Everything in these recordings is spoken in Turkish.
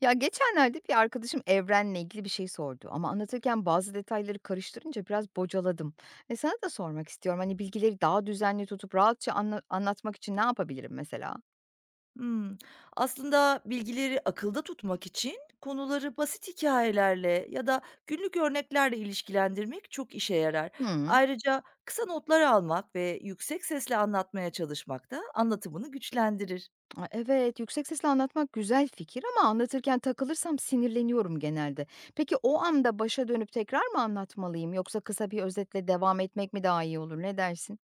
Ya geçenlerde bir arkadaşım evrenle ilgili bir şey sordu ama anlatırken bazı detayları karıştırınca biraz bocaladım. E sana da sormak istiyorum. Hani bilgileri daha düzenli tutup rahatça anlatmak için ne yapabilirim mesela? Hımm. Aslında bilgileri akılda tutmak için konuları basit hikayelerle ya da günlük örneklerle ilişkilendirmek çok işe yarar. Hı, Ayrıca kısa notlar almak ve yüksek sesle anlatmaya çalışmak da anlatımını güçlendirir. a, evet, yüksek sesle anlatmak güzel fikir ama anlatırken takılırsam sinirleniyorum genelde. Peki o anda başa dönüp tekrar mı anlatmalıyım yoksa kısa bir özetle devam etmek mi daha iyi olur? Ne dersin?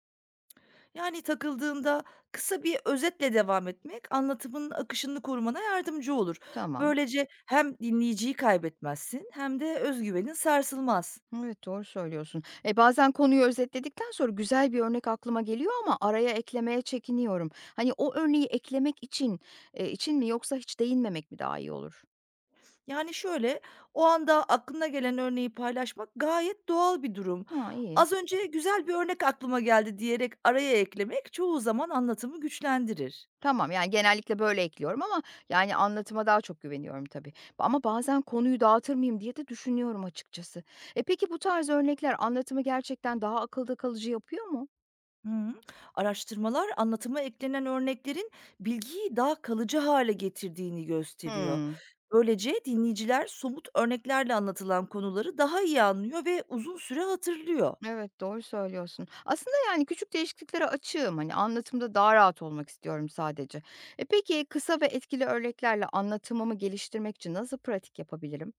Yani takıldığında kısa bir özetle devam etmek anlatımın akışını korumana yardımcı olur. Tamam. Böylece hem dinleyiciyi kaybetmezsin hem de özgüvenin sarsılmaz. Evet, doğru söylüyorsun. E, bazen konuyu özetledikten sonra güzel bir örnek aklıma geliyor ama araya eklemeye çekiniyorum. Hani o örneği eklemek için için mi yoksa hiç değinmemek mi daha iyi olur? Yani, şöyle, o anda aklına gelen örneği paylaşmak gayet doğal bir durum. Ha, iyi. "Az önce güzel bir örnek aklıma geldi." diyerek araya eklemek çoğu zaman anlatımı güçlendirir. Tamam yani genellikle böyle ekliyorum ama yani anlatıma daha çok güveniyorum tabii. Ama bazen konuyu dağıtır mıyım diye de düşünüyorum açıkçası. E peki bu tarz örnekler anlatımı gerçekten daha akılda kalıcı yapıyor mu? Hı. Araştırmalar anlatıma eklenen örneklerin bilgiyi daha kalıcı hale getirdiğini gösteriyor. Hmm. Böylece dinleyiciler somut örneklerle anlatılan konuları daha iyi anlıyor ve uzun süre hatırlıyor. Evet, doğru söylüyorsun. Aslında, yani, küçük değişikliklere açığım. Hani, anlatımda daha rahat olmak istiyorum sadece. E, peki kısa ve etkili örneklerle anlatımımı geliştirmek için nasıl pratik yapabilirim?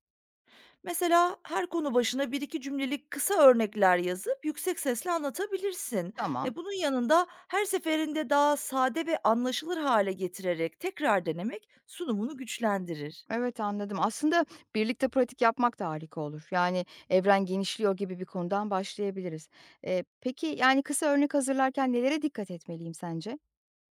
Mesela her konu başına bir iki cümlelik kısa örnekler yazıp yüksek sesle anlatabilirsin. Tamam. Bunun yanında her seferinde daha sade ve anlaşılır hale getirerek tekrar denemek sunumunu güçlendirir. Evet, anladım. Aslında birlikte pratik yapmak da harika olur. Yani, "Evren genişliyor." gibi bir konudan başlayabiliriz. Peki, yani, kısa örnek hazırlarken nelere dikkat etmeliyim sence?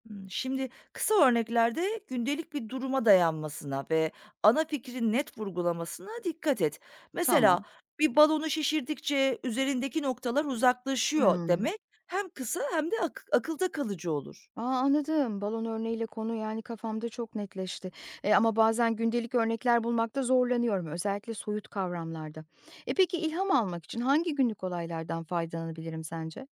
Hmm. Şimdi kısa örneklerde gündelik bir duruma dayanmasına ve ana fikrin net vurgulamasına dikkat et. Mesela Tamam. bir balonu şişirdikçe üzerindeki noktalar uzaklaşıyor Hıı. demek hem kısa hem de akılda kalıcı olur. A, anladım. Balon örneğiyle konu, yani, kafamda çok netleşti. Ama bazen gündelik örnekler bulmakta zorlanıyorum, özellikle soyut kavramlarda. E, peki ilham almak için hangi günlük olaylardan faydalanabilirim sence?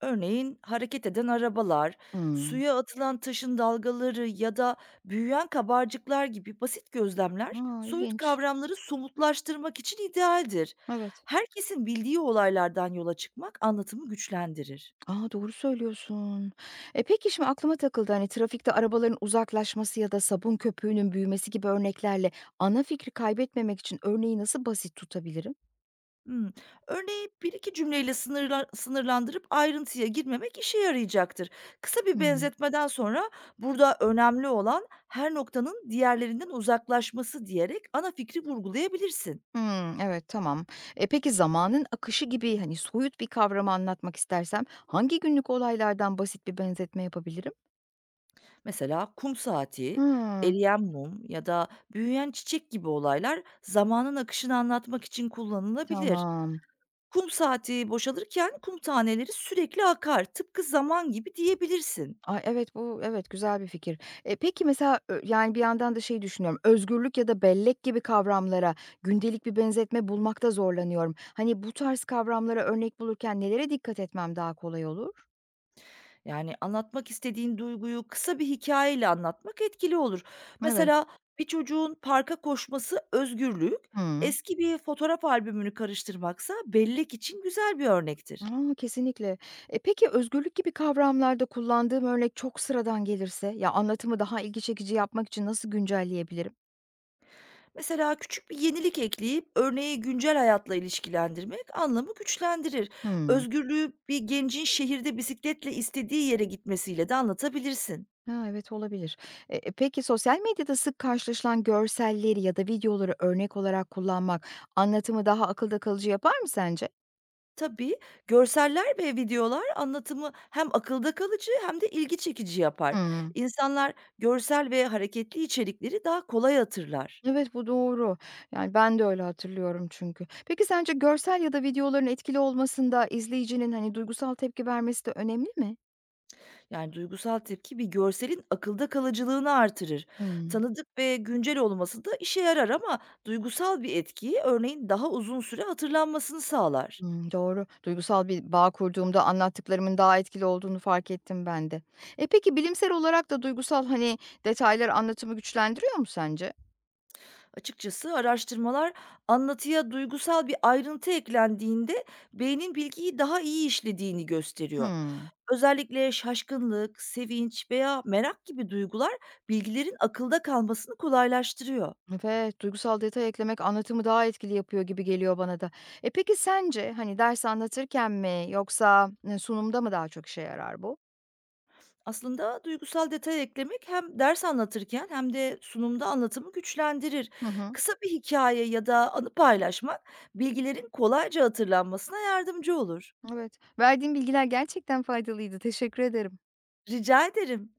Örneğin hareket eden arabalar, Hmm. suya atılan taşın dalgaları ya da büyüyen kabarcıklar gibi basit gözlemler A, soyut ilginç. kavramları somutlaştırmak için idealdir. Evet. Herkesin bildiği olaylardan yola çıkmak anlatımı güçlendirir. A, doğru söylüyorsun. E, peki şimdi aklıma takıldı, hani, trafikte arabaların uzaklaşması ya da sabun köpüğünün büyümesi gibi örneklerle ana fikri kaybetmemek için örneği nasıl basit tutabilirim? Hmm. Örneği bir iki cümleyle sınırlandırıp ayrıntıya girmemek işe yarayacaktır. Kısa bir Hıı. benzetmeden sonra burada önemli olan her noktanın diğerlerinden uzaklaşması diyerek ana fikri vurgulayabilirsin. Hımm, evet, tamam. E, peki zamanın akışı gibi, hani, soyut bir kavramı anlatmak istersem hangi günlük olaylardan basit bir benzetme yapabilirim? Mesela kum saati, Hımm, eriyen mum ya da büyüyen çiçek gibi olaylar zamanın akışını anlatmak için kullanılabilir. tamam. Kum saati boşalırken kum taneleri sürekli akar, tıpkı zaman gibi diyebilirsin. Ay, evet, bu evet, güzel bir fikir. E, peki mesela, yani, bir yandan da şey düşünüyorum, özgürlük ya da bellek gibi kavramlara gündelik bir benzetme bulmakta zorlanıyorum. Hani, bu tarz kavramlara örnek bulurken nelere dikkat etmem daha kolay olur? Yani anlatmak istediğin duyguyu kısa bir hikayeyle anlatmak etkili olur. Evet. Mesela bir çocuğun parka koşması özgürlük, Hıı. eski bir fotoğraf albümünü karıştırmaksa bellek için güzel bir örnektir. A, kesinlikle. E, peki özgürlük gibi kavramlarda kullandığım örnek çok sıradan gelirse, ya, anlatımı daha ilgi çekici yapmak için nasıl güncelleyebilirim? Mesela küçük bir yenilik ekleyip örneği güncel hayatla ilişkilendirmek anlamı güçlendirir. Hımm. Özgürlüğü bir gencin şehirde bisikletle istediği yere gitmesiyle de anlatabilirsin. Ha, evet olabilir. E e, peki sosyal medyada sık karşılaşılan görselleri ya da videoları örnek olarak kullanmak anlatımı daha akılda kalıcı yapar mı sence? Tabii görseller ve videolar anlatımı hem akılda kalıcı hem de ilgi çekici yapar. Hımm. İnsanlar görsel ve hareketli içerikleri daha kolay hatırlar. Evet, bu doğru. Yani, ben de öyle hatırlıyorum çünkü. Peki sence görsel ya da videoların etkili olmasında izleyicinin, hani, duygusal tepki vermesi de önemli mi? Yani, duygusal tepki bir görselin akılda kalıcılığını artırır. Hımm. Tanıdık ve güncel olması da işe yarar ama duygusal bir etkiyi örneğin daha uzun süre hatırlanmasını sağlar. Hımm, doğru. Duygusal bir bağ kurduğumda anlattıklarımın daha etkili olduğunu fark ettim ben de. E, peki bilimsel olarak da duygusal, hani, detaylar anlatımı güçlendiriyor mu sence? Açıkçası araştırmalar anlatıya duygusal bir ayrıntı eklendiğinde beynin bilgiyi daha iyi işlediğini gösteriyor. Hımm. Özellikle şaşkınlık, sevinç veya merak gibi duygular bilgilerin akılda kalmasını kolaylaştırıyor. Evet, duygusal detay eklemek anlatımı daha etkili yapıyor gibi geliyor bana da. E, peki sence, hani, ders anlatırken mi yoksa, sunumda mı daha çok işe yarar bu? Aslında duygusal detay eklemek hem ders anlatırken hem de sunumda anlatımı güçlendirir. Hı hı. Kısa bir hikaye ya da anı paylaşmak bilgilerin kolayca hatırlanmasına yardımcı olur. Evet. Verdiğin bilgiler gerçekten faydalıydı. Teşekkür ederim. Rica ederim.